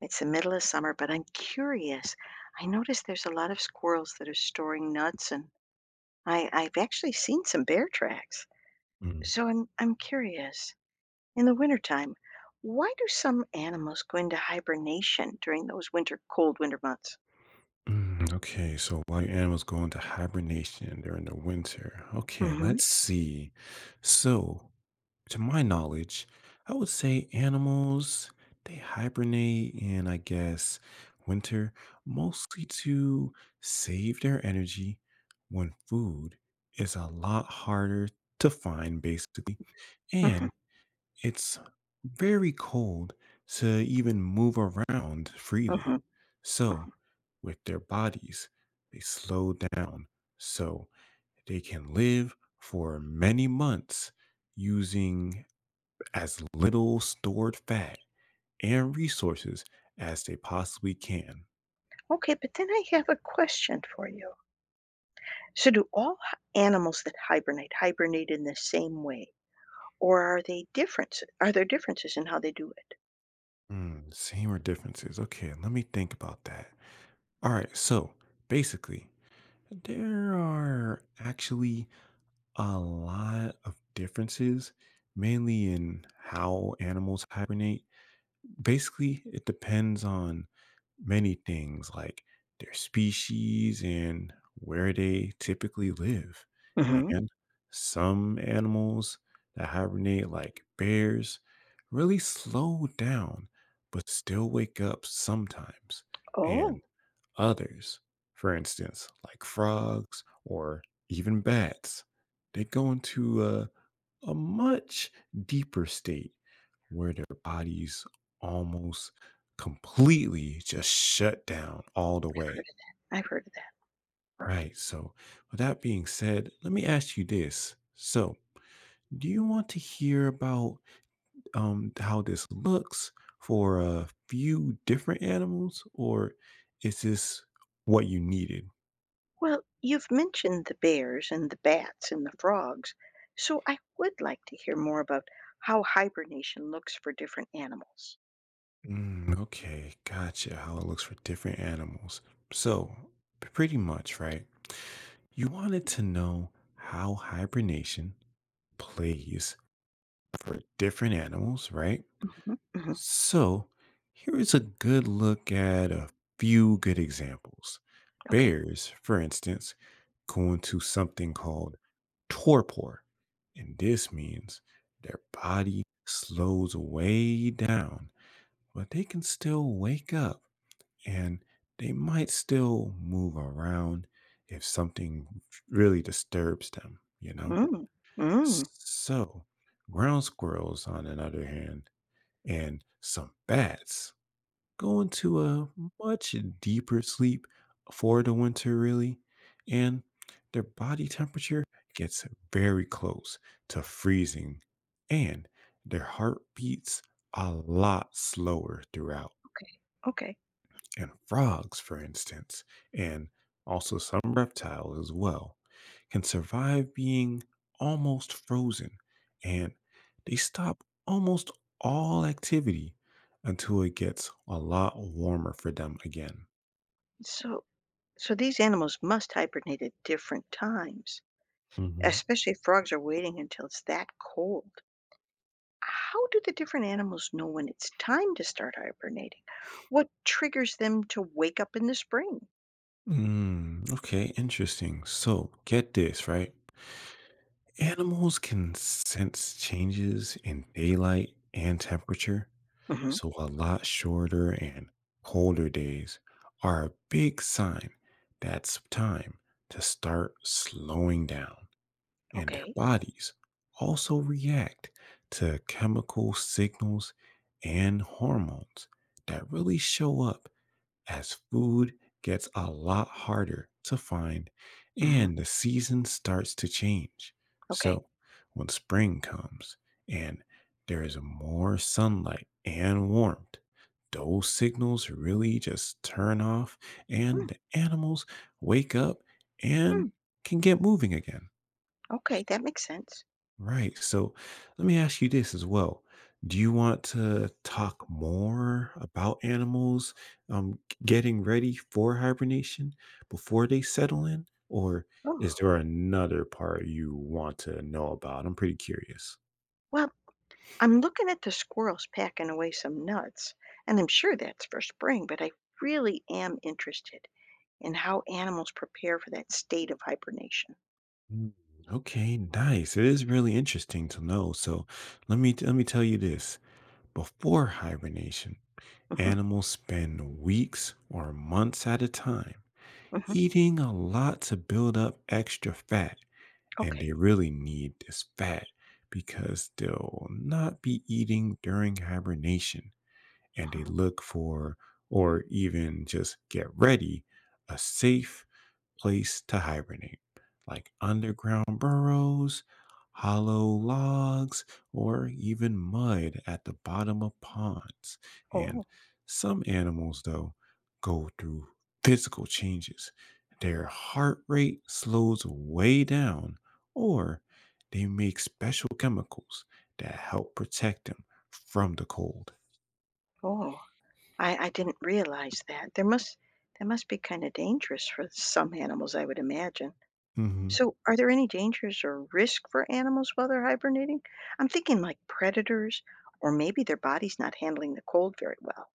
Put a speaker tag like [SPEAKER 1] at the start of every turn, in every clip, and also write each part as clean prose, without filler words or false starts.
[SPEAKER 1] It's the middle of summer, but I'm curious. I noticed there's a lot of squirrels that are storing nuts, and I've actually seen some bear tracks.
[SPEAKER 2] Mm.
[SPEAKER 1] So I'm curious. In the wintertime, why do some animals go into hibernation during those winter, cold winter months?
[SPEAKER 2] Mm, okay, so white animals go into hibernation during the winter. Okay,
[SPEAKER 1] Hmm.
[SPEAKER 2] let's see. So, to my knowledge, I would say animals they hibernate in, I guess, winter mostly to save their energy when food is a lot harder to find, basically.
[SPEAKER 1] Hmm.
[SPEAKER 2] And it's very cold to even move around
[SPEAKER 1] Hmm.
[SPEAKER 2] freely. So, with their bodies, they slow down so they can live for many months using as little stored fat and resources as they possibly can.
[SPEAKER 1] Okay, but then I have a question for you. So do all animals that hibernate hibernate in the same way, or are they differences? Are there differences in how they do it?
[SPEAKER 2] Mm, same differences. Okay, let me think about that. All right, so basically, there are actually a lot of differences, mainly in how animals hibernate. Basically, it depends on many things like their species and where they typically live.
[SPEAKER 1] Hmm.
[SPEAKER 2] And some animals that hibernate, like bears, really slow down but still wake up sometimes.
[SPEAKER 1] Oh.
[SPEAKER 2] And others, for instance, like frogs or even bats, they go into a much deeper state where their bodies almost completely just shut down all the
[SPEAKER 1] heard
[SPEAKER 2] way.
[SPEAKER 1] of that. I've heard of that.
[SPEAKER 2] Right. So, with that being said, let me ask you this. So, do you want to hear about how this looks for a few different animals, or is this what you needed?
[SPEAKER 1] Well, you've mentioned the bears and the bats and the frogs, so I would like to hear more about how hibernation looks for different animals.
[SPEAKER 2] Mm, okay, gotcha. How it looks for different animals. So, pretty much, right? You wanted to know how hibernation plays for different animals, right?
[SPEAKER 1] Mhm, mhm.
[SPEAKER 2] So, here is a good look at a few good examples.
[SPEAKER 1] Okay.
[SPEAKER 2] Bears, for instance, go into something called torpor, and this means their body slows way down, but they can still wake up and they might still move around if something really disturbs them?
[SPEAKER 1] Mm, mm,
[SPEAKER 2] So, ground squirrels, on the other hand, and some bats go into a much deeper sleep for the winter, really, and their body temperature gets very close to freezing, and their heart beats a lot slower throughout.
[SPEAKER 1] okay. Okay.
[SPEAKER 2] And frogs, for instance, and also some reptiles as well, can survive being almost frozen and they stop almost all activity until it gets a lot warmer for them again.
[SPEAKER 1] So, so these animals must hibernate at different times,
[SPEAKER 2] Hmm.
[SPEAKER 1] especially if frogs are waiting until it's that cold. How do the different animals know when it's time to start hibernating? What triggers them to wake up in the spring?
[SPEAKER 2] Mm, okay, interesting. So get this, right? Animals can sense changes in daylight and temperature.
[SPEAKER 1] Hmm.
[SPEAKER 2] So a lot shorter and colder days are a big sign that's time to start slowing down. And their
[SPEAKER 1] Okay.
[SPEAKER 2] bodies also react to chemical signals and hormones that really show up as food gets a lot harder to find and the season starts to change.
[SPEAKER 1] Okay.
[SPEAKER 2] So, when spring comes and there is more sunlight and warmth, those signals really just turn off and
[SPEAKER 1] Mm,
[SPEAKER 2] the animals wake up and
[SPEAKER 1] mm,
[SPEAKER 2] can get moving again.
[SPEAKER 1] okay, that makes sense.
[SPEAKER 2] Right. So let me ask you this as well. Do you want to talk more about animals um, getting ready for hibernation before they settle in? Or is
[SPEAKER 1] Oh,
[SPEAKER 2] there another part you want to know about? I'm pretty curious.
[SPEAKER 1] well, I'm looking at the squirrels packing away some nuts, and I'm sure that's for spring, but I really am interested in how animals prepare for that state of hibernation.
[SPEAKER 2] Mm, okay, nice. It is really interesting to know. So let me tell you this. Before hibernation,
[SPEAKER 1] Hmm.
[SPEAKER 2] animals spend weeks or months at a time
[SPEAKER 1] Hmm.
[SPEAKER 2] eating a lot to build up extra fat, and
[SPEAKER 1] Okay.
[SPEAKER 2] they really need this fat because they'll not be eating during hibernation and they
[SPEAKER 1] Mhm.
[SPEAKER 2] look for or even just get ready a safe place to hibernate, like underground burrows, hollow logs, or even mud at the bottom of ponds. And
[SPEAKER 1] Oh,
[SPEAKER 2] some animals, though, go through physical changes. Their heart rate slows way down, or they make special chemicals that help protect them from the cold.
[SPEAKER 1] oh, I didn't realize that. There must That must be kind of dangerous for some animals, I would imagine.
[SPEAKER 2] Mhm.
[SPEAKER 1] So, are there any dangers or risk for animals while they're hibernating? I'm thinking like predators, or maybe their body's not handling the cold very well.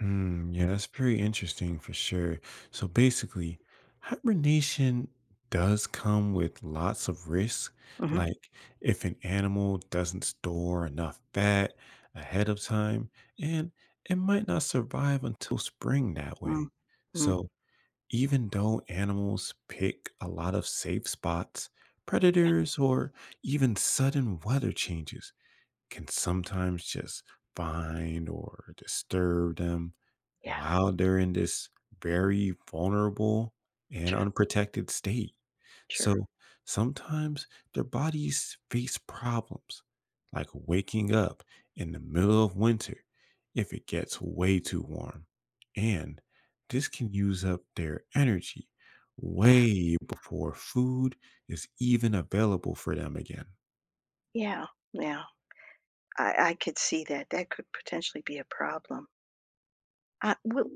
[SPEAKER 2] Mm, yeah, that's pretty interesting for sure. So basically, hibernation does come with lots of risks.
[SPEAKER 1] Hmm.
[SPEAKER 2] Like if an animal doesn't store enough fat ahead of time, and it might not survive until spring that
[SPEAKER 1] Mm.
[SPEAKER 2] way.
[SPEAKER 1] Mm.
[SPEAKER 2] So even though animals pick a lot of safe spots,
[SPEAKER 1] Yeah,
[SPEAKER 2] predators, or even sudden weather changes can sometimes just find or disturb them
[SPEAKER 1] yeah,
[SPEAKER 2] while they're in this very vulnerable and
[SPEAKER 1] sure,
[SPEAKER 2] unprotected state.
[SPEAKER 1] sure.
[SPEAKER 2] So sometimes their bodies face problems, like waking up in the middle of winter if it gets way too warm. And this can use up their energy way before food is even available for them again.
[SPEAKER 1] Yeah, yeah. I could see that. That could potentially be a problem. Uh, will,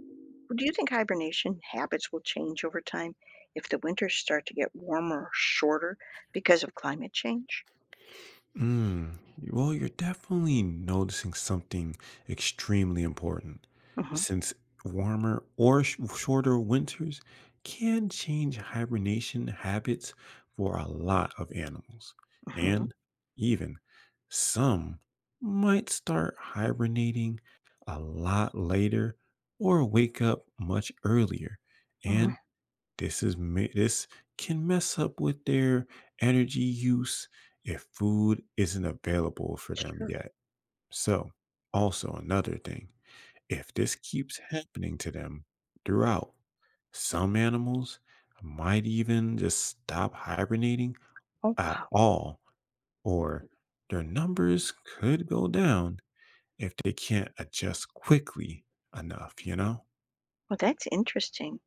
[SPEAKER 1] do you think hibernation habits will change over time if the winters start to get warmer or shorter because of climate change?
[SPEAKER 2] Mm, well, you're definitely noticing something extremely important
[SPEAKER 1] Hmm.
[SPEAKER 2] since warmer or shorter winters can change hibernation habits for a lot of animals.
[SPEAKER 1] Hmm.
[SPEAKER 2] And even some might start hibernating a lot later or wake up much earlier and
[SPEAKER 1] Hmm.
[SPEAKER 2] this can mess up with their energy use if food isn't available for them
[SPEAKER 1] Sure.
[SPEAKER 2] yet. So, also another thing, if this keeps happening to them throughout, some animals might even just stop hibernating
[SPEAKER 1] Oh,
[SPEAKER 2] at
[SPEAKER 1] wow.
[SPEAKER 2] all, or their numbers could go down if they can't adjust quickly enough?
[SPEAKER 1] Well, that's interesting.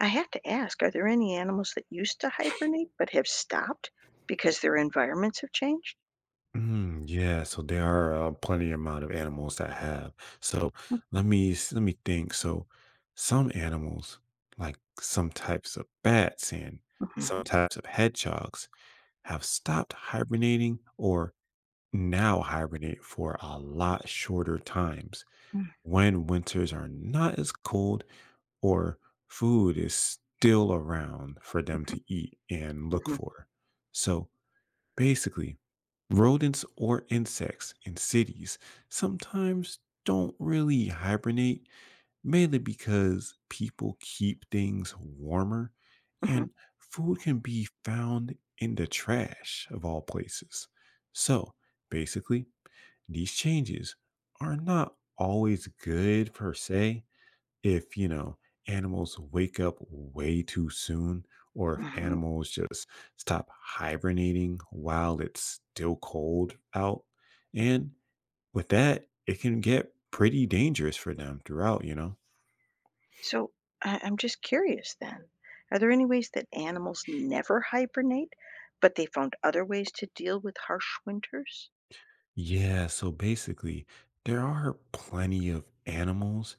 [SPEAKER 1] I have to ask, are there any animals that used to hibernate but have stopped because their environments have changed?
[SPEAKER 2] Mm, yeah, so there are plenty amount of animals that have. So let me think. So some animals, like some types of bats and
[SPEAKER 1] Mhm,
[SPEAKER 2] some types of hedgehogs, have stopped hibernating or now hibernate for a lot shorter times
[SPEAKER 1] mm,
[SPEAKER 2] when winters are not as cold or food is still around for them
[SPEAKER 1] mhm,
[SPEAKER 2] to eat and look
[SPEAKER 1] mhm,
[SPEAKER 2] for. So basically rodents or insects in cities sometimes don't really hibernate, mainly because people keep things warmer
[SPEAKER 1] mhm,
[SPEAKER 2] and food can be found in the trash of all places. So basically, these changes are not always good per se, if you know animals wake up way too soon or if
[SPEAKER 1] mhm.
[SPEAKER 2] animals just stop hibernating while it's still cold out and with that it can get pretty dangerous for them throughout.
[SPEAKER 1] So I'm just curious then. Are there any ways that animals never hibernate, but they found other ways to deal with harsh winters?
[SPEAKER 2] Yeah, so basically there are plenty of animals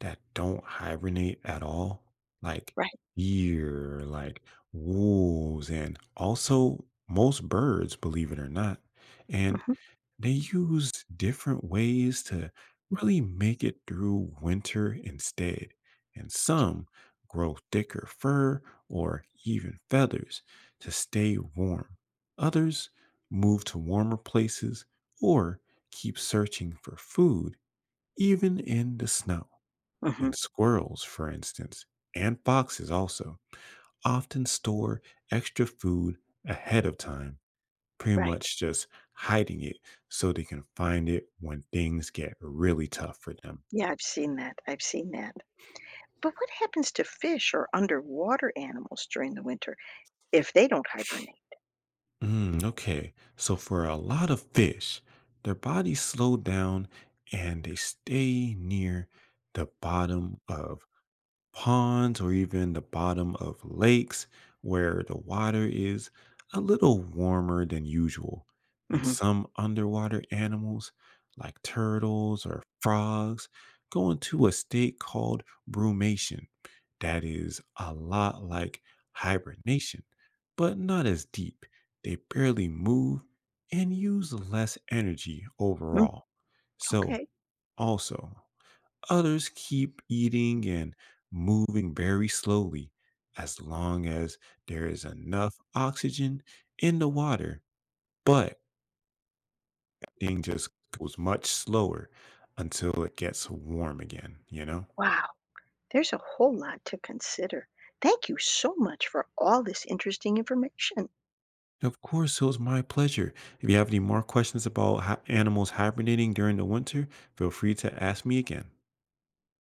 [SPEAKER 2] that don't hibernate at all, like
[SPEAKER 1] Right.
[SPEAKER 2] deer, like wolves and also most birds, believe it or not. And
[SPEAKER 1] Hmm.
[SPEAKER 2] they use different ways to really make it through winter instead, and
[SPEAKER 1] Okay.
[SPEAKER 2] some grow thicker fur or even feathers to stay warm. Others move to warmer places or keep searching for food even in the snow.
[SPEAKER 1] Hmm.
[SPEAKER 2] And squirrels, for instance, and foxes also often store extra food ahead of time, pretty
[SPEAKER 1] Right.
[SPEAKER 2] much just hiding it so they can find it when things get really tough for them.
[SPEAKER 1] Yeah, I've seen that. I've seen that. But what happens to fish or underwater animals during the winter if they don't hibernate?
[SPEAKER 2] Mm, okay, so for a lot of fish, their bodies slow down and they stay near the bottom of ponds or even the bottom of lakes where the water is a little warmer than usual. And
[SPEAKER 1] Mhm.
[SPEAKER 2] some underwater animals, like turtles or frogs, go into a state called brumation. That is a lot like hibernation, but not as deep. They barely move and use less energy
[SPEAKER 1] Mm,
[SPEAKER 2] overall. So,
[SPEAKER 1] okay.
[SPEAKER 2] also, others keep eating and moving very slowly as long as there is enough oxygen in the water, but thing just goes much slower until it gets warm again?
[SPEAKER 1] Wow. There's a whole lot to consider. Thank you so much for all this interesting information.
[SPEAKER 2] Of course, it was my pleasure. If you have any more questions about animals hibernating during the winter, feel free to ask me again.